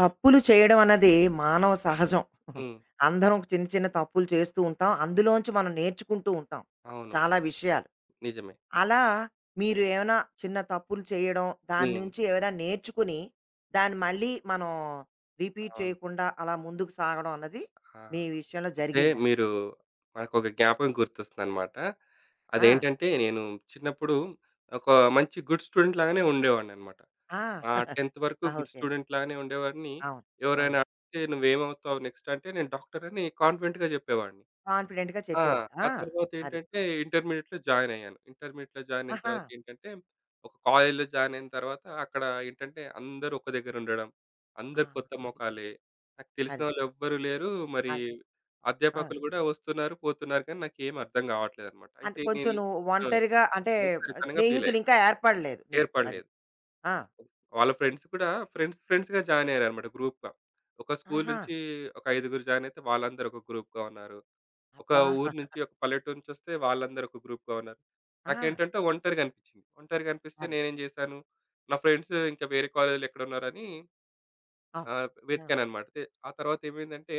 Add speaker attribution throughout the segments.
Speaker 1: తప్పులు చేయడం అన్నది మానవ సహజం.
Speaker 2: హ్మ్.
Speaker 1: అందరం చిన్న చిన్న తప్పులు చేస్తూ ఉంటాం. అందులోంచి మనం నేర్చుకుంటూ ఉంటాం
Speaker 2: అవును.
Speaker 1: చాలా విషయాలు.
Speaker 2: నిజమే.
Speaker 1: అలా మీరు ఏమైనా చిన్న తప్పులు చేయడం, దాని
Speaker 2: హ్మ్.
Speaker 1: నుంచి ఏమైనా నేర్చుకుని, దాన్ని మళ్ళీ మనం రిపీట్
Speaker 2: అవును.
Speaker 1: చేయకుండా అలా ముందుకు సాగడం అన్నది
Speaker 2: ఆ!
Speaker 1: మీ విషయంలో
Speaker 2: అంటే
Speaker 1: జరిగిందా?
Speaker 2: మీరు నాకొక జ్ఞాపకం గుర్తొస్తుందనమాట.
Speaker 1: ఆ!
Speaker 2: అదేంటంటే నేను చిన్నప్పుడు ఒక మంచి గుడ్ స్టూడెంట్ లాగానే ఉండేవాడిననమాట.
Speaker 1: ఆ!
Speaker 2: ఆ 10థ్ వరకు
Speaker 1: ఆ!
Speaker 2: Good
Speaker 1: okay.
Speaker 2: స్టూడెంట్ లాగానే ఉండేవాడిని.
Speaker 1: అవును. ఆ!
Speaker 2: ఎవరైనా అడిగితే "నువ్వేమవుతావు నెక్స్ట్" అంటే నేను డాక్టర్ అని కాన్ఫిడెంట్‌గా చెప్పేవాడిని.
Speaker 1: కాన్ఫిడెంట్‌గా
Speaker 2: ఆ!
Speaker 1: చెప్పేవాళ్ళు. ఆ!
Speaker 2: ఆ
Speaker 1: అది.
Speaker 2: తర్వాతేంటంటే ఇంటర్మీడియేట్‌లో జాయిన్ అయ్యాను. ఇంటర్మీడియేట్‌లో జాయిన్ అయిన
Speaker 1: ఆహా!
Speaker 2: తర్వాత ఏంటంటే, ఒక కాలేజ్‌లో జాయిన్ అయిన తర్వాత అక్కడ ఏంటంటే అందరూ ఒక దగ్గర ఉండడం.
Speaker 1: ఆ!
Speaker 2: అందరూ కొత్త
Speaker 1: అది.
Speaker 2: మొఖాలే. నాకు తెలిసిన
Speaker 1: అది.
Speaker 2: వాళ్ళెవ్వరు లేరు. మరి
Speaker 1: అది. ఆ!
Speaker 2: అధ్యాపకులు గూడా వస్తున్నారు, పోతున్నారు కానీ నాకేం అర్థం గావట్లేదనమాట.
Speaker 1: అంటే
Speaker 2: అయితే నేను
Speaker 1: కొంచెం నువ్వు
Speaker 2: ఆ!
Speaker 1: ఒంటరిగా అంటే
Speaker 2: ఒంటరితనంగా ఫీలయ్యా.
Speaker 1: స్నేహితులు ఇంకా ఏర్పడలేదు నీకు. అది.
Speaker 2: ఏర్పడలేదు.
Speaker 1: ఆ!
Speaker 2: వాళ్ళ ఫ్రెండ్స్ కూడా ఫ్రెండ్స్ ఫ్రెండ్స్‌గా జాయిన్ అయ్యారనమాట గ్రూప్‌గా. ఒక స్కూల్
Speaker 1: ఆహా!
Speaker 2: నుంచి ఒక ఐదుగురు జాయిన్ అయితే వాళ్ళందరూ ఒక గ్రూప్‌గా ఉన్నారు. ఒక
Speaker 1: అబ్బా!
Speaker 2: ఊరు నుంచి, ఒక పల్లెటూరు నుంచొస్తే వాళ్ళందరూ ఒక గ్రూప్‌గా ఉన్నారు.
Speaker 1: ఆ!
Speaker 2: నాకేంటంటే ఒంటరిగా అనిపించింది. ఒంటరిగా అనిపిస్తే
Speaker 1: అది.
Speaker 2: నేనేం చేశాను, నా ఫ్రెండ్స్ ఇంకా వేరే కాలేజీలో ఎక్కడున్నారని
Speaker 1: అవును. ఆ!
Speaker 2: వెతికాననమాట. ఆ తర్వాత ఏమైందంటే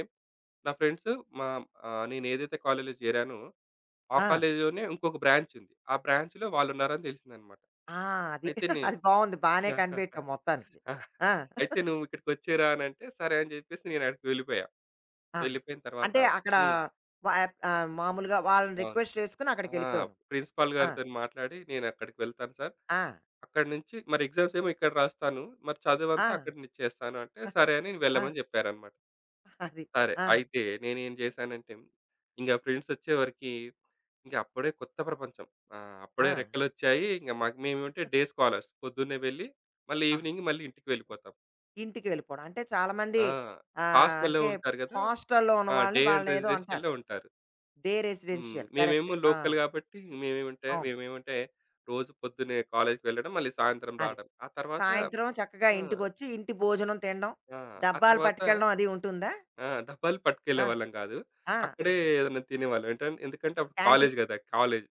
Speaker 2: నా ఫ్రెండ్స్ మా ఆహ్, నేను ఏదైతే కాలేజీలో చేరానో, ఆ
Speaker 1: ఆ!
Speaker 2: కాలేజీలోనే ఇంకొక బ్రాంచ్ ఉంది. ఆ బ్రాంచ్‌లో వాళ్ళున్నారని తెలిసిందనమాట.
Speaker 1: ఆ! అది.
Speaker 2: అయితే నేను
Speaker 1: అది బావుంది. బానే కనిపెట్టావు మొత్తానికి. ఆ!
Speaker 2: "అయితే నువ్వు ఇక్కడికొచ్చేరా" అనంటే, సరే అని చెప్పేసి నేను అక్కడికి వెళ్ళిపోయా.
Speaker 1: ఆహా!
Speaker 2: వెళ్ళిపోయిన తర్వాత
Speaker 1: అంటే అక్కడ
Speaker 2: హ్మ్.
Speaker 1: వ మామూలుగా వాళ్ళని
Speaker 2: అవును.
Speaker 1: రిక్వెస్ట్ చేసుకొని
Speaker 2: ఆ!
Speaker 1: అక్కడికెళ్ళిపోయావు నువ్వు.
Speaker 2: ప్రిన్సిపాల్
Speaker 1: ఆ!
Speaker 2: గారితోని మాట్లాడి నేనక్కడికి వెళ్తాను సార్.
Speaker 1: ఆ!
Speaker 2: అక్కడి నుంచి మరి ఎగ్జామ్స్ ఏమో ఇక్కడ రాస్తాను. మరి
Speaker 1: ఆ!
Speaker 2: చదువంతా అక్కడ ని చేస్తాను అంటే, సరే అని
Speaker 1: ఆ!
Speaker 2: వెళ్ళమని జెప్పారనమాట.
Speaker 1: అది.
Speaker 2: సరే.
Speaker 1: ఆ!
Speaker 2: అయితే నేనేం జేశానంటే, ఇంగ ఫ్రెండ్సొచ్చే వరకి ఇంక అప్పుడే కొత్త ప్రపంచం. ఆ! అప్పుడే
Speaker 1: ఆ!
Speaker 2: రెక్కలొచ్చాయి. ఇంగ మాకు మేమేంటే డే స్కాలర్స్. పొద్దున్నే వెళ్ళి, మళ్ళీ
Speaker 1: ఆహా!
Speaker 2: ఈవినింగ్ మళ్ళీ ఇంటికి వెళ్ళిపోతాం.
Speaker 1: ఇంటికి వెళ్ళిపోవడం. అంటే చాలామంది
Speaker 2: ఆ! హాస్టల్‌లో
Speaker 1: అంటే
Speaker 2: ఉంటారు గదా!
Speaker 1: హాస్టల్‌లో ఉన్న
Speaker 2: ఆ!
Speaker 1: వాళ్ళని
Speaker 2: డే అండ్
Speaker 1: వాళ్ళనేదో అంటారు.
Speaker 2: రెసిడెన్షియల్‌లో ఉంటారు.
Speaker 1: Day
Speaker 2: hmm.
Speaker 1: రెసిడెన్షియల్. కరెక్ట్.
Speaker 2: మేమేమో
Speaker 1: ఆ!
Speaker 2: లోకల్ గాబట్టి మేమేమంటే
Speaker 1: అవును.
Speaker 2: మేమేమంటే రోజు పొద్దున్నే కాలేజ్‌కి వెళ్ళడం, మళ్ళీ సాయంత్రం
Speaker 1: అదే.
Speaker 2: రావడం. ఆ తర్వాత
Speaker 1: సాయంత్రం చక్కగా
Speaker 2: ఆ!
Speaker 1: ఇంటికొచ్చి ఇంటి భోజనం తినడం.
Speaker 2: ఆ! ఆ
Speaker 1: డబ్బాలు
Speaker 2: తర్వాత
Speaker 1: పట్టుకెళ్ళడం అది ఉంటుందా?
Speaker 2: ఆ! డబ్బాలు
Speaker 1: ఆ!
Speaker 2: పట్టుకెళ్ళేవాళ్ళం గాదు.
Speaker 1: ఆ!
Speaker 2: అక్కడే
Speaker 1: ఆహాహా!
Speaker 2: ఏదైనా తినేవాళ్ళం. ఎందుకంటే అప్పుడు కాలేజ్
Speaker 1: క్యాంటీన్.
Speaker 2: గదా! కాలేజ్.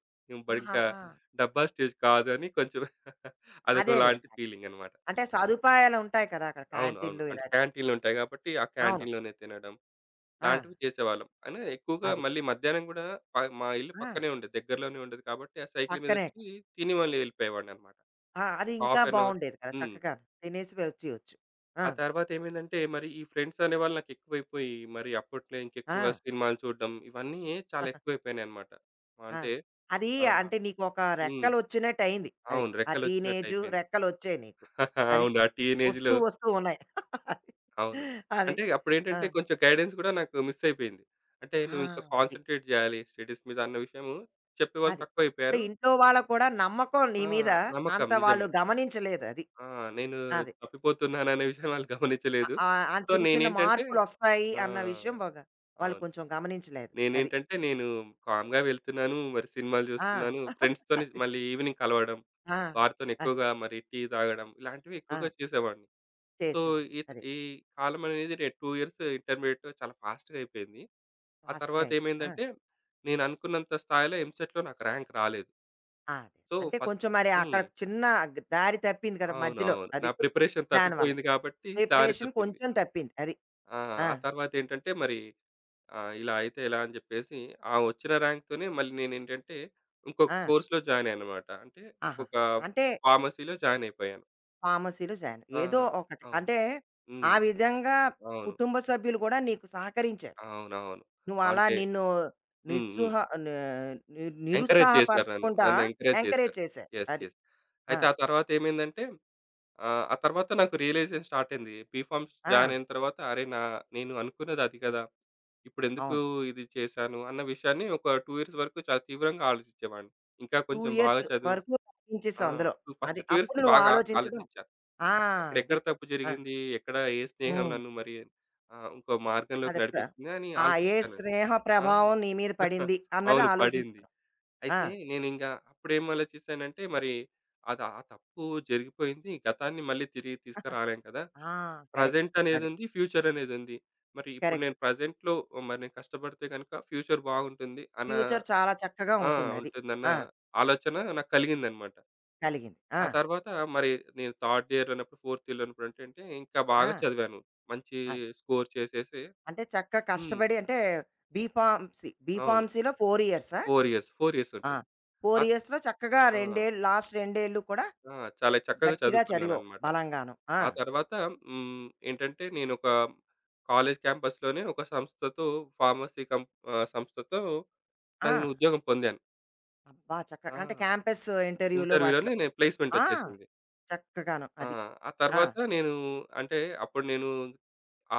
Speaker 2: ఇంకా
Speaker 1: ఆహాహా!
Speaker 2: డబ్బా స్టేజ్ కాదు అని కొంచెం
Speaker 1: అదేలే.
Speaker 2: అదొకలాంటి
Speaker 1: అన్నమాట.
Speaker 2: ఫీలింగనమాట.
Speaker 1: అంటే సదుపాయాలు ఉంటాయి కదా! అక్కడ
Speaker 2: అవును. అవును.
Speaker 1: క్యాంటీన్‌లు
Speaker 2: అంటే
Speaker 1: ఇలాంటివి.
Speaker 2: క్యాంటీన్‌లుంటాయి గాబట్టి, ఆ
Speaker 1: అవును.
Speaker 2: క్యాంటీన్‌లోనే తినడం.
Speaker 1: ఆ!
Speaker 2: లాంటివి చేసేవాళ్ళం. అయినా ఎక్కువగా
Speaker 1: అది.
Speaker 2: మళ్ళీ మధ్యాహ్నం గూడా ప మా ఇల్లు
Speaker 1: ఆ!
Speaker 2: పక్కనే ఉండేది. దగ్గరలోనే ఉండేది కాబట్టి, ఆ సైకిల్
Speaker 1: పక్కనే.
Speaker 2: మీదొచ్చి తిని మళ్ళీ వెళ్ళిపోయేవాడిననమాట.
Speaker 1: ఆ! అది ఇంకా
Speaker 2: హాఫ్ ఎన్ అవర్.
Speaker 1: బావుండేది కదా!
Speaker 2: హ్మ్.
Speaker 1: చక్కగా తినేసి వచ్చేయొచ్చు. ఆ!
Speaker 2: ఆ తర్వాత ఏమైందంటే, మరి ఈ ఫ్రెండ్స్ అనేవాళ్ళు నాకెక్కువైపోయి, మరి అప్పట్లో
Speaker 1: ఆ!
Speaker 2: ఇంకెక్కువగా సినిమాలు చూడడం, ఇవన్నీ చాలా ఎక్కువైపోయినాయనమాట.
Speaker 1: ఆ!
Speaker 2: అంటే
Speaker 1: అది
Speaker 2: ఆ!
Speaker 1: అంటే నీకొక
Speaker 2: హ్మ్.
Speaker 1: రెక్కలొచ్చినట్టయింది. అది.
Speaker 2: అవును.
Speaker 1: ఆ టీనేజు
Speaker 2: రెక్కలొచ్చినట్టయిపోయింది.
Speaker 1: రెక్కలొచ్చాయి నీకు. అది.
Speaker 2: అవును. ఆ
Speaker 1: వస్తూ
Speaker 2: టీనేజ్‌లో
Speaker 1: వస్తూ ఉన్నాయి. అది.
Speaker 2: అవును.
Speaker 1: అది.
Speaker 2: అంటే
Speaker 1: ఆ!
Speaker 2: అప్పుడేంటంటే, కొంచెం గైడెన్స్ గూడా నాకు మిస్ అయిపోయింది. అంటే,
Speaker 1: ఆ!
Speaker 2: "నువ్వింకా
Speaker 1: అది.
Speaker 2: కాన్సంట్రేట్ జేయాలి స్టడీస్ మీద" అన్న విషయము చెప్పేవాళ్ళు
Speaker 1: అది. ఇప్పుడు
Speaker 2: తక్కువైపోయారు.
Speaker 1: ఇంట్లో వాళ్ళకి కూడా నమ్మకం నీ
Speaker 2: ఆ!
Speaker 1: మీద,
Speaker 2: నమ్మకం
Speaker 1: అంత వాళ్ళు
Speaker 2: నిజమే.
Speaker 1: గమనించలేదు అది.
Speaker 2: ఆ! నేను
Speaker 1: అది.
Speaker 2: తప్పిపోతున్నాననే విషయం వాళ్ళు
Speaker 1: ఆహ్,
Speaker 2: గమనించలేదు.
Speaker 1: ఆహ్, ఆ
Speaker 2: సో,
Speaker 1: చిన్న చిన్న
Speaker 2: నేనేంటంటే
Speaker 1: మార్పులొస్తాయి
Speaker 2: ఆ!
Speaker 1: అన్న విషయం బాగా వాళ్ళు
Speaker 2: అవును.
Speaker 1: కొంచెం గమనించలేదు. అది.
Speaker 2: నేనేంటంటే నేను కామ్‌గా వెళ్తున్నాను. మరి సినిమాలు
Speaker 1: ఆ!
Speaker 2: చూస్తున్నాను. ఫ్రెండ్స్‌తోని
Speaker 1: అది.
Speaker 2: మళ్ళీ ఈవినింగ్ కలవడం,
Speaker 1: ఆ!
Speaker 2: వారితోని
Speaker 1: అది.
Speaker 2: ఎక్కువగా మరి టీ తాగడం ఇలాంటివి
Speaker 1: ఆ!
Speaker 2: ఎక్కువగా చేసేవాడిని. సో,
Speaker 1: చేసేవాడు.
Speaker 2: ఈత్
Speaker 1: అదే.
Speaker 2: ఈ కాలం అనేది 2 ఇయర్స్ ఇంటర్మీడియేట్ చాలా ఫాస్ట్‌గా అయిపోయింది. ఆ
Speaker 1: ఫాస్ట్‌గా
Speaker 2: తర్వాత
Speaker 1: అయిపోయింది. ఆ!
Speaker 2: ఏమైందంటే, నేను అనుకున్నంత స్థాయిలో ఎంసెట్‌లో నాకు ర్యాంక్ రాలేదు.
Speaker 1: ఆ! అదే.
Speaker 2: సో,
Speaker 1: అంటే
Speaker 2: ఫస్ట్.
Speaker 1: కొంచెం మరి అక్కడ
Speaker 2: హ్మ్.
Speaker 1: చిన్న దారి తప్పింది కదా! మధ్యలో.
Speaker 2: అవునవును. నా
Speaker 1: అది.
Speaker 2: ప్రిపరేషన్
Speaker 1: దానివల్ల.
Speaker 2: తప్పిపోయింది కాబట్టి దారి
Speaker 1: ప్రిపరేషన్
Speaker 2: తప్పింది.
Speaker 1: కొంచెం తప్పింది. అది.
Speaker 2: ఆ!
Speaker 1: ఆ!
Speaker 2: ఆ తర్వాతేంటంటే మరి ఇలా అయితే ఎలా అని జెప్పేసి ఆ వచ్చిన ర్యాంక్‌తోనే మళ్ళీ నేనేంటంటే ఇంకొక
Speaker 1: ఆ!
Speaker 2: కోర్స్‌లో జాయిన్ అయ్యానన్నమాట. అంటే
Speaker 1: ఆహాహా!
Speaker 2: ఇంకొక
Speaker 1: అంటే
Speaker 2: ఫార్మసీలో జాయిన్ అయిపోయాను.
Speaker 1: ఫార్మసీలో జాయిన్.
Speaker 2: ఆ!
Speaker 1: ఏదో ఒకటి.
Speaker 2: అవును.
Speaker 1: అంటే ఆ
Speaker 2: హ్మ్.
Speaker 1: విధంగా
Speaker 2: అవును.
Speaker 1: కుటుంబ సభ్యులు కూడా నీకు సహకరించారు.
Speaker 2: అవునవును.
Speaker 1: నువ్వు అలా
Speaker 2: అంటే
Speaker 1: నిన్ను
Speaker 2: హ్మ్. హ్మ్.
Speaker 1: నిరుత్సుహ ని ని
Speaker 2: ఎంకరేజ్ చేశారు నన్ను.
Speaker 1: నిరుత్సాహపరచకుండా
Speaker 2: నన్ను ఎంకరేజ్
Speaker 1: ఎంకరేజ్
Speaker 2: చేశారు.
Speaker 1: చేశారు.
Speaker 2: యెస్.
Speaker 1: అది.
Speaker 2: యెస్.
Speaker 1: ఆ!
Speaker 2: అయితే ఆ తర్వాతేమైందంటే ఆ! ఆ తర్వాత నాకు రియలైజేషన్ స్టార్ట్ అయింది. బీఫార్మసీ
Speaker 1: ఆ!
Speaker 2: జాయిన్ అయిన తర్వాత అరే! నా నేను అనుకున్నది అది కదా!
Speaker 1: అవును.
Speaker 2: ఇప్పుడెందుకు
Speaker 1: అవును.
Speaker 2: ఇది చేశాను అన్న విషయాన్ని ఒక 2 ఇయర్స్ వరకు చాలా తీవ్రంగా ఆలోచించేవాడిని. ఇంకా
Speaker 1: 2
Speaker 2: కొంచెం బాగా
Speaker 1: ఇయర్స్
Speaker 2: చదువు.
Speaker 1: వరకు
Speaker 2: ఆ!
Speaker 1: రాణించేసావు అందులో.
Speaker 2: టూ ఫస్ట్
Speaker 1: అది.
Speaker 2: 2
Speaker 1: అప్పుడు
Speaker 2: ఇయర్స్‌కి
Speaker 1: నువ్వు
Speaker 2: బాగా
Speaker 1: ఆలోచించడం.
Speaker 2: ఆలోచించా.
Speaker 1: ఆ!
Speaker 2: అక్కడ ఎక్కడ
Speaker 1: అది.
Speaker 2: తప్పు
Speaker 1: ఆ!
Speaker 2: జరిగింది? ఎక్కడ ఏ స్నేహం
Speaker 1: హ్మ్.
Speaker 2: నన్ను మరి ఇంకో మార్గంలోకి
Speaker 1: అదే ప్ర
Speaker 2: నడిపించింది అని
Speaker 1: ఆ! ఏ
Speaker 2: ఆలోచించాను.
Speaker 1: స్నేహ
Speaker 2: ఆ!
Speaker 1: ప్రభావం నీ మీద పడింది అన్నది
Speaker 2: అవును. పడింది.
Speaker 1: ఆలోచించుకోవడం. ఆ!
Speaker 2: అయితే నేనింగా అప్పుడేం ఆలోచిసానంటే మరి అది ఆ తప్పు జరిగిపోయింది. గతాన్ని మళ్ళీ తిరిగి తీసుకురాలేం కదా!
Speaker 1: ఆ! కరెక్ట్.
Speaker 2: ప్రజెంట్
Speaker 1: అది.
Speaker 2: అనేదుంది. ఫ్యూచర్ అనేదుంది. మరి ఇప్పుడు
Speaker 1: కరెక్ట్.
Speaker 2: నేను ప్రెజెంట్‌లో మరి నేను కష్టపడితే గనుక ఫ్యూచర్ బాగుంటుంది అన్న
Speaker 1: ఫ్యూచర్ చాలా చక్కగా
Speaker 2: ఆ!
Speaker 1: ఉంటుందది.
Speaker 2: ఉంటుందన్న
Speaker 1: ఆ!
Speaker 2: ఆలోచన నాకు కలిగిందనమాట.
Speaker 1: కలిగింది. ఆ!
Speaker 2: ఆ తర్వాత మరి నేను థర్డ్ ఇయర్‌లో ఉన్నప్పుడు, ఫోర్త్ ఇయర్‌లో ఉన్నప్పుడు ఏంటంటే ఇంకా
Speaker 1: ఆ!
Speaker 2: బాగా చదివాను. మంచి
Speaker 1: అది.
Speaker 2: స్కోర్ చేసేసి.
Speaker 1: అంటే చక్కగా
Speaker 2: హ్మ్.
Speaker 1: కష్టపడి అంటే బీఫార్మసీ.
Speaker 2: అవును.
Speaker 1: బీఫార్మసీలో 4 ఇయర్సా?
Speaker 2: 4 ఇయర్స్
Speaker 1: ఆ!
Speaker 2: ఉంటుంది.
Speaker 1: 4
Speaker 2: అత్
Speaker 1: ఇయర్స్‌లో చక్కగా
Speaker 2: ఆ!
Speaker 1: 2 ఏళ్ళు లాస్ట్ 2 ఏళ్ళు కూడా
Speaker 2: ఆ! చాలా చక్కగా
Speaker 1: గట్టిగా చదివావు
Speaker 2: చదువుకున్నాననమాట.
Speaker 1: బలంగాను. ఆ!
Speaker 2: ఆ తర్వాత హ్మ్, ఏంటంటే నేనొక కాలేజ్ క్యాంపస్‌లోనే ఒక సంస్థతో సంస్థతో
Speaker 1: ఆ!
Speaker 2: నాకు నేను ఉద్యోగం పొందాను.
Speaker 1: అబ్బా!
Speaker 2: ఆ!
Speaker 1: చక్కగా అంటే క్యాంపస్ ఇంటర్వ్యూలు
Speaker 2: ఇంటర్వ్యూలోనే
Speaker 1: వాటిలో.
Speaker 2: నేను ప్లేస్‌మెంట్
Speaker 1: ఆ!
Speaker 2: వచ్చేసింది.
Speaker 1: చక్కగాను
Speaker 2: ఆ!
Speaker 1: అది.
Speaker 2: ఆ
Speaker 1: ఆ!
Speaker 2: తర్వాత నేను అంటే అప్పుడు నేను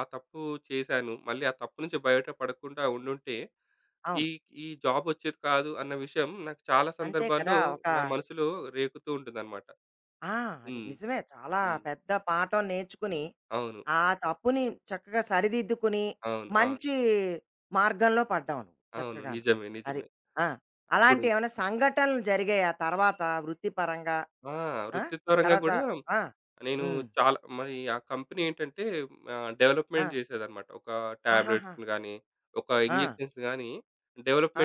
Speaker 2: ఆ తప్పు చేశాను. మళ్ళీ ఆ తప్పు నుంచి బయట పడకుండా ఉండుంటే ఈ
Speaker 1: అవును.
Speaker 2: ఈ జాబ్ వచ్చేది కాదు అన్న విషయం నాకు చాలా
Speaker 1: అంతే కదా!
Speaker 2: సందర్భాల్లో
Speaker 1: ఒక
Speaker 2: నా మనసులో రేగుతూ ఉంటుందన్నమాట.
Speaker 1: ఆ! అది
Speaker 2: హ్మ్.
Speaker 1: నిజమే. చాలా
Speaker 2: హ్మ్.
Speaker 1: పెద్ద పాఠం నేర్చుకుని,
Speaker 2: అవును.
Speaker 1: ఆ తప్పుని చక్కగా సరిదిద్దుకుని,
Speaker 2: అవును. అవును.
Speaker 1: మంచి మార్గంలో పడ్డావు నువ్వు
Speaker 2: అవును.
Speaker 1: చక్కగాను.
Speaker 2: నిజమే.
Speaker 1: అది.
Speaker 2: నిజమే.
Speaker 1: ఆ!
Speaker 2: అప్పుడు
Speaker 1: అలాంటి ఏమైనా సంఘటనలు జరిగాయా తర్వాత వృత్తిపరంగా?
Speaker 2: ఆ!
Speaker 1: ఆ!
Speaker 2: వృత్తిపరంగా
Speaker 1: తర్వాత
Speaker 2: గూడా
Speaker 1: ఆ!
Speaker 2: నేను
Speaker 1: హ్మ్.
Speaker 2: చాలా మరి ఆ కంపెనీ ఏంటంటే
Speaker 1: ఆ!
Speaker 2: డెవలప్‌మెంట్ చేసేదన్నమాట. ఒక
Speaker 1: ఆహాహా!
Speaker 2: టాబ్లెట్స్‌ని గానీ, ఒక
Speaker 1: ఆ!
Speaker 2: ఇంజెక్షన్స్ గానీ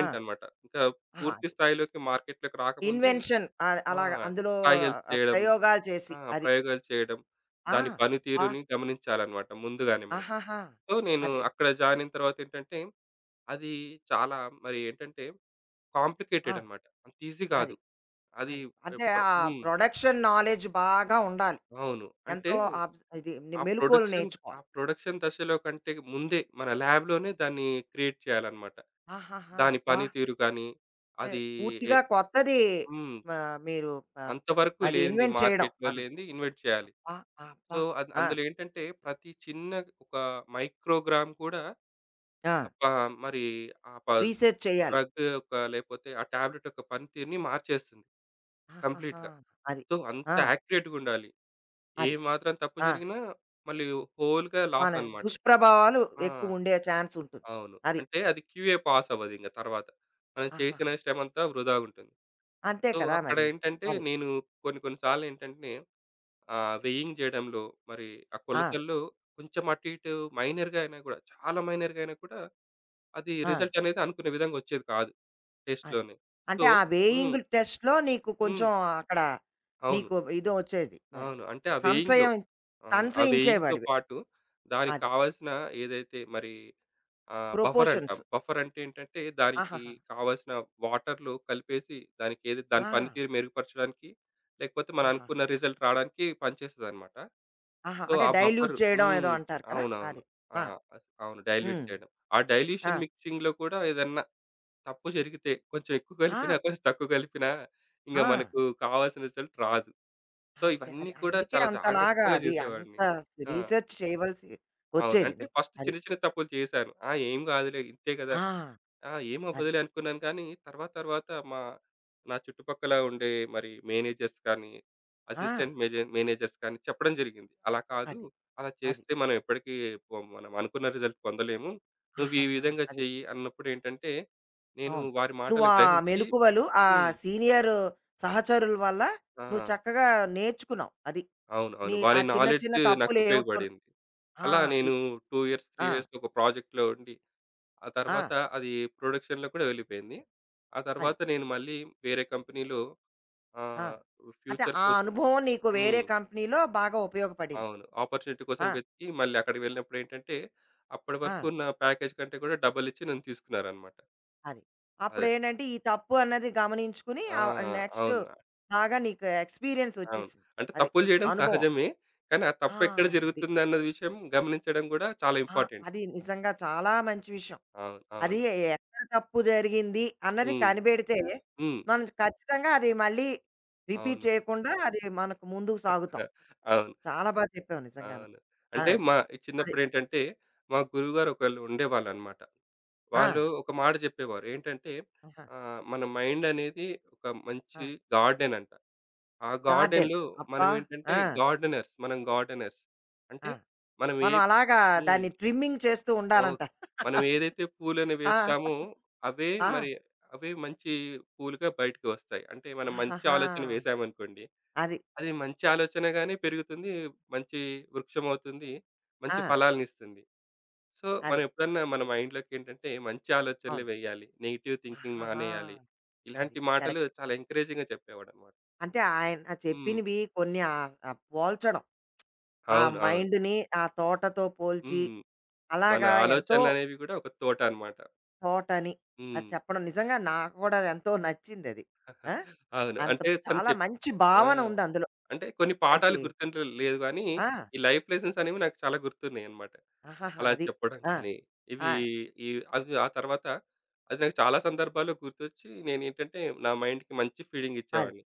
Speaker 1: ఆ!
Speaker 2: అన్నమాట. ఇంకా
Speaker 1: ఆహా!
Speaker 2: పూర్తి
Speaker 1: అది.
Speaker 2: స్థాయిలోకి మార్కెట్‌లోకి రాకముందే
Speaker 1: ఇన్వెన్షన్
Speaker 2: ఆ!
Speaker 1: అలాగా అందులో
Speaker 2: ట్రయల్స్ చేయడం,
Speaker 1: ప్రయోగాలు చేసి
Speaker 2: ఆ!
Speaker 1: అది.
Speaker 2: ప్రయోగాలు చేయడం,
Speaker 1: ఆ!
Speaker 2: దాని
Speaker 1: అబ్బా!
Speaker 2: పనితీరుని గమనించాలన్నమాట ముందుగానే మనం.
Speaker 1: ఆహాహా!
Speaker 2: సో, నేను
Speaker 1: అది.
Speaker 2: అక్కడ జాయిన్ అయిన తర్వాత ఏంటంటే, అది చాలా మరి ఏంటంటే
Speaker 1: ఆ!
Speaker 2: కాంప్లికేటెడ్ అన్నమాట. అంత ఈజీ
Speaker 1: అది.
Speaker 2: కాదు. అది
Speaker 1: అది.
Speaker 2: ఎ
Speaker 1: అంటే
Speaker 2: ప్ర
Speaker 1: ఆ
Speaker 2: హ్మ్.
Speaker 1: ప్రొడక్షన్ నాలెడ్జ్ బాగా ఉండాలి.
Speaker 2: అవును. అంటే
Speaker 1: ఎంతో ఇది
Speaker 2: ఆ
Speaker 1: మెలుకువలు
Speaker 2: ప్రొడక్షన్ ఆ
Speaker 1: నేర్చుకోవాలి.
Speaker 2: ప్రొడక్షన్ దశలో కంటే ముందే మన ల్యాబ్‌లోనే దాన్ని క్రియేట్ చేయాలన్నమాట.
Speaker 1: ఆహాహా!
Speaker 2: దాని
Speaker 1: అబ్బా!
Speaker 2: పనితీరు కానీ,
Speaker 1: అంటే
Speaker 2: అది ఎ
Speaker 1: పూర్తిగా కొత్తది
Speaker 2: హ్మ్.
Speaker 1: మ మీరు
Speaker 2: అంతవరకు
Speaker 1: అది
Speaker 2: లేనిది
Speaker 1: ఇన్వెంట్ చేయడం
Speaker 2: మార్కెట్‌లో
Speaker 1: అక్కడ.
Speaker 2: లేనిది ఇన్వెంట్ చేయాలి.
Speaker 1: అబ్బా!
Speaker 2: సో,
Speaker 1: అబ్బా! ఆ!
Speaker 2: అందులో ఏంటంటే ప్రతి చిన్న ఒక మైక్రోగ్రామ్ కూడా
Speaker 1: ఆ!
Speaker 2: ఆ ప మరి ఆ ప
Speaker 1: రీసెర్చ్ చేయాలి.
Speaker 2: డ్రగ్ యొక్క లేకపోతే ఆ టాబ్లెట్ యొక్క పనితీరుని మార్చేస్తుంది
Speaker 1: ఆహాహా!
Speaker 2: కంప్లీట్‌గా.
Speaker 1: అది.
Speaker 2: సో, అంత
Speaker 1: ఆ!
Speaker 2: యాక్యురేట్‌గా ఉండాలి. ఏ
Speaker 1: అది.
Speaker 2: మాత్రం తప్పు
Speaker 1: ఆ!
Speaker 2: జరిగినా మళ్ళీ హోల్‌గా లాస్
Speaker 1: మన
Speaker 2: అన్నమాట.
Speaker 1: దుష్ప్రభావాలు
Speaker 2: ఆ!
Speaker 1: ఎక్కువ ఉండే ఛాన్స్ ఉంటుంది.
Speaker 2: అవును.
Speaker 1: అది.
Speaker 2: అంటే అది క్యూఏ పాస్ అవ్వదింక తర్వాత. మనం చేసిన
Speaker 1: ఆహాహా!
Speaker 2: శ్రమంతా వృధాగుంటుంది.
Speaker 1: అంతే
Speaker 2: సో,
Speaker 1: కదా మరి.
Speaker 2: అక్కడేంటంటే
Speaker 1: అది.
Speaker 2: నేను కొన్ని కొన్ని సార్లేంటంటే వెయింగ్ జేయడంలో మరి ఆ
Speaker 1: ఆ!
Speaker 2: కొలతల్లో కొంచెం అటు ఇటు మైనర్‌గా అయినా గూడా చాలా మైనర్‌గా అయినా కూడా అది
Speaker 1: ఆ!
Speaker 2: రిజల్ట్ అనేది అనుకున్న విధంగా వచ్చేది కాదు
Speaker 1: అది.
Speaker 2: టెస్ట్‌లోనే. సో.
Speaker 1: అంటే ఆ
Speaker 2: హ్మ్.
Speaker 1: వేయింగ్ టెస్ట్‌లో నీకు
Speaker 2: హ్మ్.
Speaker 1: కొంచెం అక్కడ
Speaker 2: అవును.
Speaker 1: నీకు ఇది వచ్చేది.
Speaker 2: అవును. అంటే ఆ వేయింగ్‌లో
Speaker 1: సంశయం
Speaker 2: అవును. ఆ వేయింగ్‌తో
Speaker 1: సంశయించేవాడివి.
Speaker 2: పాటు దానికి
Speaker 1: అది.
Speaker 2: కావాల్సిన ఏదైతే మరి ఆ! బఫర్ అంటాం.
Speaker 1: ప్రొపోర్షన్స్.
Speaker 2: బఫర్ అంటే ఏంటంటే, దానికి
Speaker 1: ఆహాహా!
Speaker 2: కావాల్సిన వాటర్‌లో కలిపేసి దానికి ఏది దాని
Speaker 1: ఆ!
Speaker 2: పనితీరు మెరుగుపరచడానికి, లేకపోతే మనం
Speaker 1: ఆహాహా!
Speaker 2: అనుకున్న రిజల్ట్ రావడానికి పనిచేస్తదనమాట.
Speaker 1: ఆహా!
Speaker 2: సో,
Speaker 1: అంటే
Speaker 2: ఆ బఫర్.
Speaker 1: డైల్యూట్ చేయడం ఏదో
Speaker 2: హ్మ్.
Speaker 1: అంటారు కదా!
Speaker 2: అవునవును.
Speaker 1: అది.
Speaker 2: ఆ!
Speaker 1: ఆ!
Speaker 2: అవును. డైల్యూట్
Speaker 1: హ్మ్.
Speaker 2: చేయడం. ఆ
Speaker 1: ఆ!
Speaker 2: డైల్యూషన్ మిక్సింగ్‌లో కూడా ఏదన్నా తప్పు జరిగితే, కొంచెం ఎక్కువ
Speaker 1: ఆ!
Speaker 2: కలిపినా, కొంచెం తక్కువ కలిపినా ఇంగ
Speaker 1: ఆ!
Speaker 2: మనకు కావాల్సిన రిజల్ట్ రాదు. సో,
Speaker 1: అంతే.
Speaker 2: ఇవన్నీ
Speaker 1: అది
Speaker 2: కూడా
Speaker 1: అందుకే
Speaker 2: చాలా
Speaker 1: అంతలాగా
Speaker 2: జాగ్రత్తగా
Speaker 1: అది అంత
Speaker 2: చేసేవాడిని. ఆ!
Speaker 1: రీసెర్చ్ చేయవలసి
Speaker 2: అవును.
Speaker 1: వచ్చేది
Speaker 2: అంటే
Speaker 1: నీకు.
Speaker 2: ఫస్ట్
Speaker 1: అది.
Speaker 2: చిన్న చిన్న తప్పులు చేశాను. ఆ! ఏం కాదులే ఇంతే కదా!
Speaker 1: ఆ!
Speaker 2: ఆ!
Speaker 1: అది.
Speaker 2: ఏమవ్వదులే అనుకున్నాను కానీ, తర్వాత తర్వాత మా నా చుట్టుపక్కల ఉండే మరి మేనేజర్స్ కానీ,
Speaker 1: ఆ!
Speaker 2: అసిస్టెంట్ మేజే మేనేజర్స్ కానీ చెప్పడం జరిగింది. అలా కాదు,
Speaker 1: అది.
Speaker 2: అలా
Speaker 1: అది.
Speaker 2: చేస్తే మనం ఎప్పటికీ మనం అనుకున్న రిజల్ట్ పొందలేము. నువ్వు ఈ
Speaker 1: ఆహాహా!
Speaker 2: విధంగా
Speaker 1: అది.
Speaker 2: చెయ్యి అన్నప్పుడేంటంటే, నేను
Speaker 1: అవును.
Speaker 2: వారి
Speaker 1: నువ్వు
Speaker 2: మాటలు
Speaker 1: ఆ
Speaker 2: గ్రహించి.
Speaker 1: మెలుకువలు, ఆ
Speaker 2: హ్మ్.
Speaker 1: సీనియర్ సహచరుల వల్ల
Speaker 2: ఆ!
Speaker 1: నువ్వు చక్కగా నేర్చుకున్నావు. అది.
Speaker 2: అవును. అవును.
Speaker 1: నీ ఆ
Speaker 2: వారి
Speaker 1: చిన్న చిన్న
Speaker 2: నాలెడ్జ్ నాకు
Speaker 1: తప్పులు ఏమిటో
Speaker 2: ఉపయోగపడింది.
Speaker 1: ఆ!
Speaker 2: అలా
Speaker 1: అది.
Speaker 2: నేను 2 ఇయర్స్, 3
Speaker 1: ఆ!
Speaker 2: ఇయర్స్ ఒక ప్రాజెక్ట్‌లో ఉండి, ఆ
Speaker 1: ఆ!
Speaker 2: తర్వాత అది ప్రొడక్షన్‌లో కూడా వెళ్ళిపోయింది. ఆ
Speaker 1: అది.
Speaker 2: తర్వాత నేను మళ్ళీ వేరే కంపెనీలో ఆ!
Speaker 1: ఆ! అంటే
Speaker 2: ఫ్యూచర్
Speaker 1: ఆ
Speaker 2: కోసం.
Speaker 1: అనుభవం నీకు వేరే
Speaker 2: హ్మ్.
Speaker 1: కంపెనీలో బాగా ఉపయోగపడింది.
Speaker 2: అవును. ఆపర్చునిటీ కోసం
Speaker 1: ఆ!
Speaker 2: వెతికి మళ్ళీ అక్కడికి వెళ్ళినప్పుడు ఏంటంటే, అప్పటి
Speaker 1: ఆ!
Speaker 2: వరకు ఉన్న ప్యాకేజ్ కంటే కూడా డబుల్ ఇచ్చి నన్ను తీసుకున్నారన్నమాట.
Speaker 1: అది.
Speaker 2: అదే.
Speaker 1: అప్పుడేంటంటే ఈ తప్పు అన్నది గమనించుకుని,
Speaker 2: ఆ!
Speaker 1: నెక్స్ట్
Speaker 2: అవును.
Speaker 1: బాగా నీకు ఎక్స్‌పీరియన్స్
Speaker 2: అవును.
Speaker 1: వచ్చేసింది.
Speaker 2: అంటే
Speaker 1: అది.
Speaker 2: తప్పులు చేయడం
Speaker 1: అనుభవం.
Speaker 2: సహజమే. కానీ ఆ
Speaker 1: ఆ!
Speaker 2: తప్పు ఎక్కడ
Speaker 1: అది.
Speaker 2: జరుగుతుందన్న విషయం గమనించడం కూడా చాలా
Speaker 1: ఆ!
Speaker 2: ఇంపార్టెంట్.
Speaker 1: అది నిజంగా చాలా మంచి విషయం.
Speaker 2: అవును.
Speaker 1: అది
Speaker 2: అవును.
Speaker 1: ఎక్కడ తప్పు జరిగింది అన్నది
Speaker 2: హ్మ్.
Speaker 1: కనిపెడితే,
Speaker 2: హ్మ్.
Speaker 1: మనం ఖచ్చితంగా అది మళ్ళీ రిపీట్
Speaker 2: అవును.
Speaker 1: చేయకుండా అది మనకు ముందుకు సాగుతాం.
Speaker 2: అవును.
Speaker 1: చాలా బాగా చెప్పావు నిజంగాను.
Speaker 2: అవును.
Speaker 1: ఆ!
Speaker 2: అంటే మా
Speaker 1: అదే.
Speaker 2: చిన్నప్పుడేంటంటే, మా గురువుగారు ఒకళ్ళు ఉండేవాళ్ళన్నమాట.
Speaker 1: ఆ!
Speaker 2: వాళ్ళు ఒక మాట చెప్పేవారు. ఏంటంటే
Speaker 1: ఆహా!
Speaker 2: మన మైండ్ అనేది ఒక
Speaker 1: ఆ!
Speaker 2: మంచి గార్డెన్ అంట. ఆ
Speaker 1: గార్డెన్.
Speaker 2: గార్డెన్‌లో
Speaker 1: అబ్బా!
Speaker 2: మనం ఏంటంటే
Speaker 1: ఆ!
Speaker 2: గార్డెనర్స్. మనం గార్డెనర్స్.
Speaker 1: ఆ!
Speaker 2: అంటే మనం ఏ.
Speaker 1: మనం అలాగా
Speaker 2: హ్మ్.
Speaker 1: దాన్ని ట్రిమ్మింగ్ చేస్తూ ఉండాలంట.
Speaker 2: ఓకే. మనం ఏదైతే పూలను
Speaker 1: ఆ!
Speaker 2: వేస్తామో అవే
Speaker 1: ఆ!
Speaker 2: మరి అవే మంచి పూలుగా బయటికి వస్తాయి. అంటే మనం మంచి
Speaker 1: ఆహాహా!
Speaker 2: ఆలోచన వేసామనుకోండి.
Speaker 1: అది.
Speaker 2: అది మంచి ఆలోచనగానే పెరుగుతుంది. మంచి వృక్షమవుతుంది. మంచి
Speaker 1: ఆ!
Speaker 2: ఫలాలనిస్తుంది. సో, మనం
Speaker 1: అది.
Speaker 2: ఎప్పుడన్నా మన మైండ్‌లోకి ఏంటంటే మంచి ఆలోచనలు
Speaker 1: అవును.
Speaker 2: వెయ్యాలి. నెగెటివ్ థింకింగ్
Speaker 1: ఆహాహా!
Speaker 2: మానేయాలి.
Speaker 1: అది.
Speaker 2: ఇలాంటి మాటలు
Speaker 1: కరెక్ట్.
Speaker 2: చాలా ఎంకరేజింగ్‌గా చెప్పేవాడన్నమాట.
Speaker 1: అంటే ఆయన
Speaker 2: హ్మ్.
Speaker 1: చెప్పినవి కొన్ని ఆహ్, ఆహ్, పోల్చడం. ఆ
Speaker 2: అవును. అవును.
Speaker 1: మైండ్‌ని ఆ తోటతో పోల్చి,
Speaker 2: హ్మ్. మన
Speaker 1: అలాగా ఎంతో
Speaker 2: ఆలోచనలనేవి గూడా ఒక తోట అన్నమాట.
Speaker 1: తోటని అది
Speaker 2: హ్మ్.
Speaker 1: చెప్పడం నిజంగా నాకు కూడా ఎంతో నచ్చిందది. ఆ!
Speaker 2: అవును.
Speaker 1: అంత
Speaker 2: అంటే తను
Speaker 1: చాలా
Speaker 2: చెప్
Speaker 1: మంచి
Speaker 2: ఆ!
Speaker 1: భావన ఉంది అందులో.
Speaker 2: అంటే కొన్ని
Speaker 1: అలాంటి
Speaker 2: పాఠాలు గుర్తుండ లేదు గానీ,
Speaker 1: ఆ!
Speaker 2: ఈ లైఫ్ లెసన్స్ అనేవి నాకు చాలా గుర్తున్నాయన్నమాట.
Speaker 1: ఆహాహా!
Speaker 2: అలా
Speaker 1: అది.
Speaker 2: చెప్పడం
Speaker 1: ఆ!
Speaker 2: గాని, ఇవి
Speaker 1: ఆ!
Speaker 2: ఈ
Speaker 1: అది.
Speaker 2: అది ఆ తర్వాత అది నాకు చాలా సందర్భాల్లో గుర్తొచ్చి నేనేంటంటే నా మైండ్‌కి మంచి ఫీడింగ్
Speaker 1: అది.
Speaker 2: ఇచ్చేవాడిని.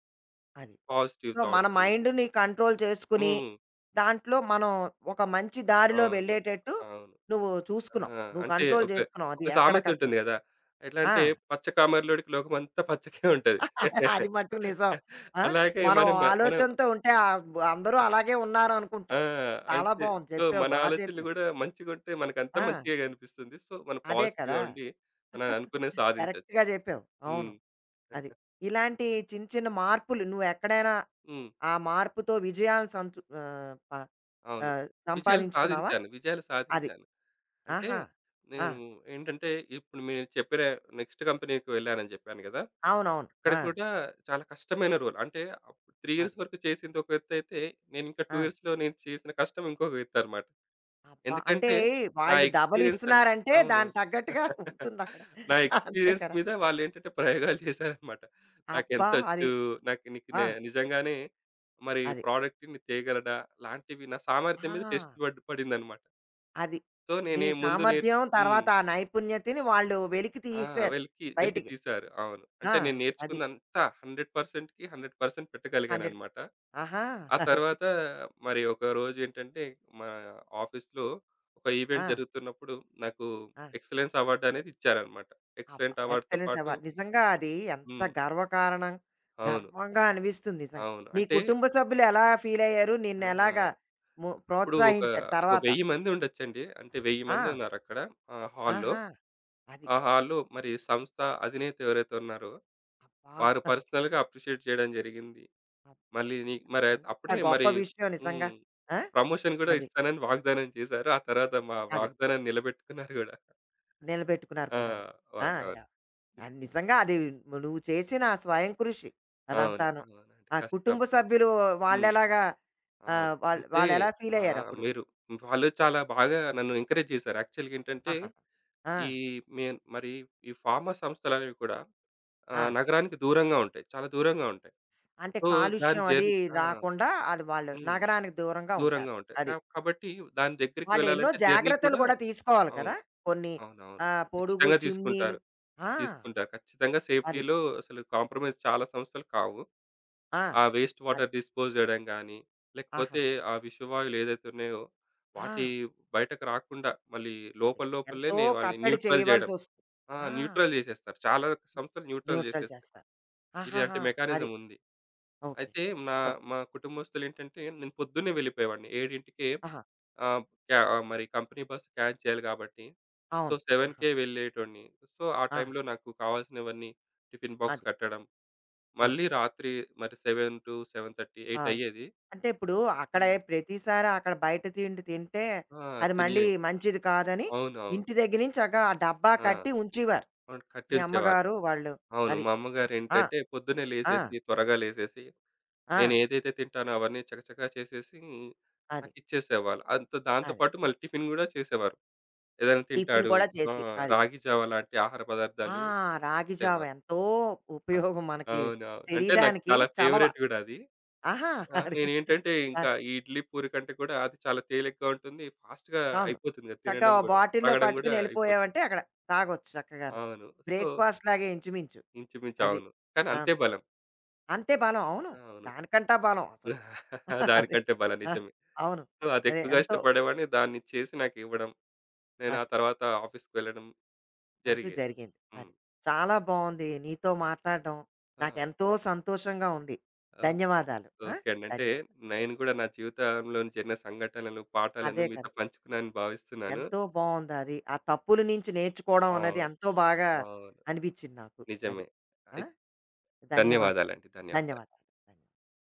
Speaker 1: అది.
Speaker 2: పాజిటివ్
Speaker 1: సో, మన
Speaker 2: థాట్స్.
Speaker 1: మైండ్‌ని కంట్రోల్ చేసుకుని,
Speaker 2: హ్మ్.
Speaker 1: దాంట్లో మనం ఒక మంచి దారిలో
Speaker 2: అవును.
Speaker 1: వెళ్ళేటట్టు
Speaker 2: అవును.
Speaker 1: నువ్వు చూసుకున్నావు.
Speaker 2: ఆ!
Speaker 1: నువ్వు
Speaker 2: అంటే
Speaker 1: కంట్రోల్
Speaker 2: ఒక,
Speaker 1: చేసుకున్నావు అది
Speaker 2: ఒక సామెత
Speaker 1: ఎక్కడికక్కడ.
Speaker 2: ఉంటుంది గదా! ఎట్లా
Speaker 1: ఆ!
Speaker 2: అంటే పచ్చ కామెర్లొడికి లోకమంతా పచ్చకే ఉంటది.
Speaker 1: అది మట్టుకు నిజం. ఆ!
Speaker 2: అలాగే
Speaker 1: మనం
Speaker 2: మనం
Speaker 1: ఆలోచనతో ఉంటే, అందరూ అలాగే
Speaker 2: ఆ!
Speaker 1: ఉన్నారనుకుంటాం. చాలా
Speaker 2: అయితే
Speaker 1: బావుంది
Speaker 2: సో,
Speaker 1: చెప్పావు.
Speaker 2: మన ఆలోచనలు
Speaker 1: చెప్పావు.
Speaker 2: గూడా మంచిగుంటే మనకంతా
Speaker 1: ఆ!
Speaker 2: మంచిగా కనిపిస్తుంది. సో, మనం
Speaker 1: అదే
Speaker 2: పాజిటివ్‌గా
Speaker 1: కదా!
Speaker 2: ఉండి మనం అనుకున్నది సాధించొచ్చు.
Speaker 1: కరెక్ట్‌గా చెప్పావు.
Speaker 2: హ్మ్.
Speaker 1: అవును. అది. ఇలాంటి చిన్న చిన్న మార్పులు నువ్వెక్కడైనా
Speaker 2: హ్మ్.
Speaker 1: ఆ మార్పుతో విజయాలను సంతు ఆహ్, ప
Speaker 2: అవును.
Speaker 1: ఆహ్,
Speaker 2: విజయాలు
Speaker 1: సంపాదించుకున్నావా?
Speaker 2: సాధించాను. విజయాలు
Speaker 1: అది.
Speaker 2: సాధించాను. అంటే
Speaker 1: ఆహా! ఆ!
Speaker 2: నేను ఏంటంటే ఇప్పుడు మీరు చెప్పిన నెక్స్ట్ కంపెనీకి వెళ్ళానని చెప్పాను గదా!
Speaker 1: అవునవును.
Speaker 2: అక్కడ
Speaker 1: ఆ!
Speaker 2: కూడా చాలా కష్టమైన రోల్. అంటే అప్పుడు 3 ఇయర్స్
Speaker 1: అది.
Speaker 2: వరకు చేసింది ఒక ఎత్తైతే, నేను ఇంకా
Speaker 1: ఆ!
Speaker 2: 2 ఇయర్స్‌లో నేను చేసిన కష్టం ఇంకొక ఎత్తనమాట.
Speaker 1: అబ్బా! అంటే
Speaker 2: ఎందుకంటే నా
Speaker 1: వాళ్ళు డబల్
Speaker 2: ఎక్స్‌పీరియన్స్ అని
Speaker 1: ఇస్తున్నారంటే
Speaker 2: అవును.
Speaker 1: దానికి తగ్గట్టుగా ఉంటుందక్కడ.
Speaker 2: నా
Speaker 1: అంతే
Speaker 2: ఎక్స్‌పీరియన్స్
Speaker 1: కదా!
Speaker 2: మీద వాళ్ళేంటంటే ప్రయోగాలు చేశారనమాట.
Speaker 1: అబ్బా! అది
Speaker 2: నాకెంతొచ్చు? నాకు నీకు నే
Speaker 1: ఆ!
Speaker 2: నిజంగానే మరి
Speaker 1: అది.
Speaker 2: ప్రాడక్ట్‌ని తేగలడా? లాంటివి నా సామర్థ్యం
Speaker 1: ఆ!
Speaker 2: మీద టెస్ట్ పడిందనమాట.
Speaker 1: అది.
Speaker 2: సో,
Speaker 1: నీ
Speaker 2: నేనే ముందు నేర్
Speaker 1: సామర్థ్యం
Speaker 2: హ్మ్.
Speaker 1: తర్వాత ఆ నైపుణ్యతని వాళ్ళు వెలికి
Speaker 2: ఆ!
Speaker 1: తీశారు
Speaker 2: వెలికి వెలికి
Speaker 1: బయటికి.
Speaker 2: తీశారు. అవును.
Speaker 1: ఆ!
Speaker 2: అంటే నేను
Speaker 1: అది.
Speaker 2: నేర్చుకుందంతా 100%కి 100%
Speaker 1: 100
Speaker 2: పెట్టగలిగాననమాట.
Speaker 1: ఆహా!
Speaker 2: ఆ
Speaker 1: అది.
Speaker 2: తర్వాత మరి ఒకరోజు ఏంటంటే మా ఆఫీస్‌లో ఒక
Speaker 1: ఆ!
Speaker 2: ఈవెంట్ జరుగుతున్నప్పుడు నాకు
Speaker 1: ఆ!
Speaker 2: ఎక్సలెన్స్ అవార్డ్ అనేది ఇచ్చారనమాట.
Speaker 1: అబ్బా!
Speaker 2: ఎక్సలెంట్ అవార్డ్‌తో
Speaker 1: ఎక్సలెన్స్
Speaker 2: పాటు.
Speaker 1: అవార్డ్. నిజంగా అది ఎంత
Speaker 2: హ్మ్.
Speaker 1: గర్వకారణం.
Speaker 2: అవును.
Speaker 1: గర్వంగా అనిపిస్తుంది నిజంగా.
Speaker 2: అవును.
Speaker 1: నీ
Speaker 2: అంటే
Speaker 1: కుటుంబ సభ్యులు ఎలా ఫీలయ్యారు? నిన్నెలాగా
Speaker 2: ఆ! అప్పుడు ఒక
Speaker 1: ప్రోత్సహించారు
Speaker 2: ఒక
Speaker 1: తర్వాత?
Speaker 2: 1000 మంది ఉండొచ్చండి. అంటే 1000
Speaker 1: ఆ!
Speaker 2: మంది ఉన్నారక్కడ ఆ హాల్‌లో.
Speaker 1: ఆహా! అది.
Speaker 2: ఆ హాల్‌లో మరి సంస్థ అధినేత ఎవరైతే ఉన్నారో
Speaker 1: అబ్బా!
Speaker 2: వారు పర్సనల్‌గా అప్రిషియేట్ చేయడం జరిగింది.
Speaker 1: అబ్బా,
Speaker 2: మళ్ళీ నీ మరి అయి- అప్పుడే
Speaker 1: ఎంత గొప్ప
Speaker 2: మరి
Speaker 1: విషయం నిజంగా.
Speaker 2: హ్మ్.
Speaker 1: ఆ!
Speaker 2: ప్రమోషన్ గూడా
Speaker 1: అది.
Speaker 2: ఇస్తానని వాగ్దానం చేశారు. ఆ తర్వాత మా
Speaker 1: అది.
Speaker 2: వాగ్దానాన్ని నిలబెట్టుకున్నారు గూడా.
Speaker 1: నిలబెట్టుకున్నారు
Speaker 2: ఆ!
Speaker 1: కూడాను. ఆ!
Speaker 2: వాళ్ళు. అవును.
Speaker 1: యాహ్! అది నిజంగా అది నువ్వు చేసిన ఆ స్వయం కృషి
Speaker 2: అవును.
Speaker 1: అదంతాను.
Speaker 2: అవునండి.
Speaker 1: ఆ
Speaker 2: కష్టం.
Speaker 1: కుటుంబ సభ్యులు
Speaker 2: హ్మ్.
Speaker 1: వాళ్ళెలాగా,
Speaker 2: అవును.
Speaker 1: ఆహ్, వాళ్
Speaker 2: అంటే
Speaker 1: వాళ్ళెలా
Speaker 2: ఆహ్,
Speaker 1: ఫీలయ్యారప్పుడు?
Speaker 2: మీరు వాళ్ళు చాలా బాగా నన్ను ఎంకరేజ్ చేశారు. యాక్చువల్‌గా ఏంటంటే,
Speaker 1: ఆహాహా! ఆ!
Speaker 2: ఈ మేన్ మరి ఈ ఫార్మా సంస్థలనేవి కూడా
Speaker 1: ఆ!
Speaker 2: నగరానికి దూరంగా ఉంటాయి. చాలా దూరంగా ఉంటాయి.
Speaker 1: అంటే
Speaker 2: సో, దాని
Speaker 1: కాలుష్యం అది
Speaker 2: జర్నీ. ఆ!
Speaker 1: రాకుండా అది వాళ్ళు
Speaker 2: హ్మ్.
Speaker 1: నగరానికి దూరంగా ఉంటారు.
Speaker 2: దూరంగా ఉంటాయి.
Speaker 1: అది.
Speaker 2: కాబట్టి దాని దగ్గరికి
Speaker 1: వాళ్ళు ఎన్నో
Speaker 2: వెళ్ళాలంటే జర్నీ
Speaker 1: జాగ్రత్తలు
Speaker 2: కూడా
Speaker 1: కూడా తీసుకోవాలి కదా!
Speaker 2: అవును.
Speaker 1: కొన్ని
Speaker 2: అవునవును.
Speaker 1: పొడుగు
Speaker 2: ఖచ్చితంగా
Speaker 1: చిమ్నీలు
Speaker 2: తీసుకుంటారు.
Speaker 1: ఆ!
Speaker 2: తీసుకుంటారు. ఖచ్చితంగా
Speaker 1: అది.
Speaker 2: సేఫ్టీలో అసలు కాంప్రమైజ్ చాలా సంస్థలు కావు.
Speaker 1: ఆ!
Speaker 2: ఆ వేస్ట్
Speaker 1: అది.
Speaker 2: వాటర్ డిస్పోజ్ జేయడం గానీ,
Speaker 1: ఆహాహా!
Speaker 2: లేకపోతే ఆ విషవాయువులు ఏదైతే ఉన్నాయో,
Speaker 1: ఆ!
Speaker 2: వాటి బయటకు రాకుండా మళ్ళీ
Speaker 1: అది. ఎంతో
Speaker 2: లోపలనే వాళ్ళని
Speaker 1: కట్టడి
Speaker 2: న్యూట్రల్ జేయడం.
Speaker 1: చేయవలసొస్తుంది.
Speaker 2: ఆ!
Speaker 1: ఆ!
Speaker 2: న్యూట్రల్ జేసేస్తారు. చాలా సంస్థలు న్యూట్రల్
Speaker 1: న్యూట్రల్
Speaker 2: జేసేస్తాయి.
Speaker 1: చేస్తారు.
Speaker 2: ఇలాంటి
Speaker 1: ఆహాహా! అది.
Speaker 2: మెకానిజం ఉంది.
Speaker 1: ఓకే.
Speaker 2: అయితే నా
Speaker 1: సో,
Speaker 2: మా కుటుంబస్తులేంటంటే నేను పొద్దున్నే వెళ్ళిపోయేవాడిని. 7కే.
Speaker 1: ఆహా!
Speaker 2: ఆ! మరి కంపెనీ బస్ క్యాచ్ చేయాలి కాబట్టి, సో,
Speaker 1: అవును. ఆహా!
Speaker 2: 7:00కే వెళ్ళేటోడిని. సో, ఆ
Speaker 1: ఆ!
Speaker 2: టైంలో నాకు కావాల్సినవన్నీ టిఫిన్ బాక్స్
Speaker 1: అది.
Speaker 2: కట్టడం,
Speaker 1: ఆ!
Speaker 2: మళ్ళీ రాత్రి మరి 7:00-7:30,
Speaker 1: ఆ!
Speaker 2: 8:00 అయ్యేది.
Speaker 1: అంటే ఇప్పుడు అక్కడే
Speaker 2: హ్మ్.
Speaker 1: ప్రతిసారి అక్కడ బయట తిండి తింటే
Speaker 2: ఆ!
Speaker 1: అది మళ్ళీ
Speaker 2: తినలేము.
Speaker 1: మంచిది కాదని
Speaker 2: అవునవును.
Speaker 1: ఇంటి దగ్గర నుంచి చక్కగా ఆ డబ్బా
Speaker 2: ఆ!
Speaker 1: కట్టి ఉంచేవారు.
Speaker 2: అవును.
Speaker 1: మీ
Speaker 2: కట్టించేవారు.
Speaker 1: అమ్మగారు వాళ్ళు.
Speaker 2: అవును.
Speaker 1: అది.
Speaker 2: మా
Speaker 1: ఆ!
Speaker 2: అమ్మగారేంటంటే పొద్దున్నే
Speaker 1: ఆ!
Speaker 2: లేసేసి, త్వరగా లేసేసి,
Speaker 1: ఆ!
Speaker 2: నేను ఏదైతే తింటానో అవన్నీ చకచకా చేసేసి,
Speaker 1: అది.
Speaker 2: నాకిచ్చేసేవాళ్ళు. అంత దాంతో
Speaker 1: అది.
Speaker 2: పాటు మళ్ళీ టిఫిన్ గూడా చేసేవారు. ఏదైనా
Speaker 1: టిఫిన్
Speaker 2: తింటాడు.
Speaker 1: కూడా
Speaker 2: ఆ!
Speaker 1: చేసి. అది.
Speaker 2: రాగి జావ లాంటి ఆహార
Speaker 1: ఆ!
Speaker 2: పదార్థాలు
Speaker 1: రాగి జావ
Speaker 2: ఇచ్చేవారు.
Speaker 1: ఎంతో ఉపయోగం మనకి,
Speaker 2: అవునవును. అంటే నాకు
Speaker 1: శరీరానికి
Speaker 2: చాలా
Speaker 1: చలవ.
Speaker 2: ఫేవరెట్ గూడా అది.
Speaker 1: ఆహా!
Speaker 2: ఆ!
Speaker 1: అది.
Speaker 2: నేనేంటంటే ఇంకా ఈ ఇడ్లీ, పూరి కంటే కూడా అది చాలా తేలికగా ఉంటుంది. ఫాస్ట్‌గా
Speaker 1: అవును.
Speaker 2: అయిపోతుంది కదా!
Speaker 1: చక్కగా
Speaker 2: తినడం
Speaker 1: ఓ
Speaker 2: గూడా,
Speaker 1: బాటిల్‌లో
Speaker 2: తాగడం గూడా
Speaker 1: పట్టుకుని
Speaker 2: అయిపోతుంది.
Speaker 1: ఎళ్ళిపోయావంటే అక్కడ తాగొచ్చు చక్కగాను.
Speaker 2: అవును. సో,
Speaker 1: బ్రేక్‌ఫాస్ట్ లాగే ఇంచుమించు.
Speaker 2: ఇంచుమించు
Speaker 1: అది.
Speaker 2: అవును. కానీ అంతే
Speaker 1: అవును.
Speaker 2: బలం.
Speaker 1: అంతే బలం. అవును.
Speaker 2: అవును.
Speaker 1: దానికంటా బలం అసలు. అది.
Speaker 2: దానికంటే బలం
Speaker 1: ఆ!
Speaker 2: నిజమే.
Speaker 1: అవును.
Speaker 2: సో, అది
Speaker 1: అదే
Speaker 2: ఎక్కువగా
Speaker 1: ఎంతో
Speaker 2: ఇష్టపడేవాడిని. దాన్ని చేసి నాకివ్వడం, నేను ఆ
Speaker 1: అది.
Speaker 2: తర్వాత ఆఫీస్‌కి వెళ్ళడం
Speaker 1: అంటూ
Speaker 2: జరిగేది.
Speaker 1: జరిగింది.
Speaker 2: హ్మ్.
Speaker 1: అది. చాలా బావుంది. నీతో మాట్లాడడం
Speaker 2: ఆ!
Speaker 1: నాకెంతో సంతోషంగా ఉంది.
Speaker 2: ఓకే.
Speaker 1: ధన్యవాదాలు. ఆ!
Speaker 2: ఓకే అండి. అంటే
Speaker 1: ధన్యవాదాలు.
Speaker 2: నేను కూడా నా జీవితంలో జరిగిన సంఘటనలు, పాఠాలను
Speaker 1: అదే కదా!
Speaker 2: మీతో పంచుకున్నానని భావిస్తున్నాను.
Speaker 1: ఎంతో బావుందది. ఆ తప్పుల నుంచి నేర్చుకోవడం అన్నది
Speaker 2: అవును.
Speaker 1: ఎంతో బాగా
Speaker 2: అవును.
Speaker 1: అనిపిచ్చింది నాకు. అది.
Speaker 2: నిజమే.
Speaker 1: ఆ!
Speaker 2: అయి
Speaker 1: ధన్యవాదాలు.
Speaker 2: ధన్యవాదాలండి. ధన్యవాదాలు.
Speaker 1: ధన్యవాదాలు. ధన్యవాదాలు.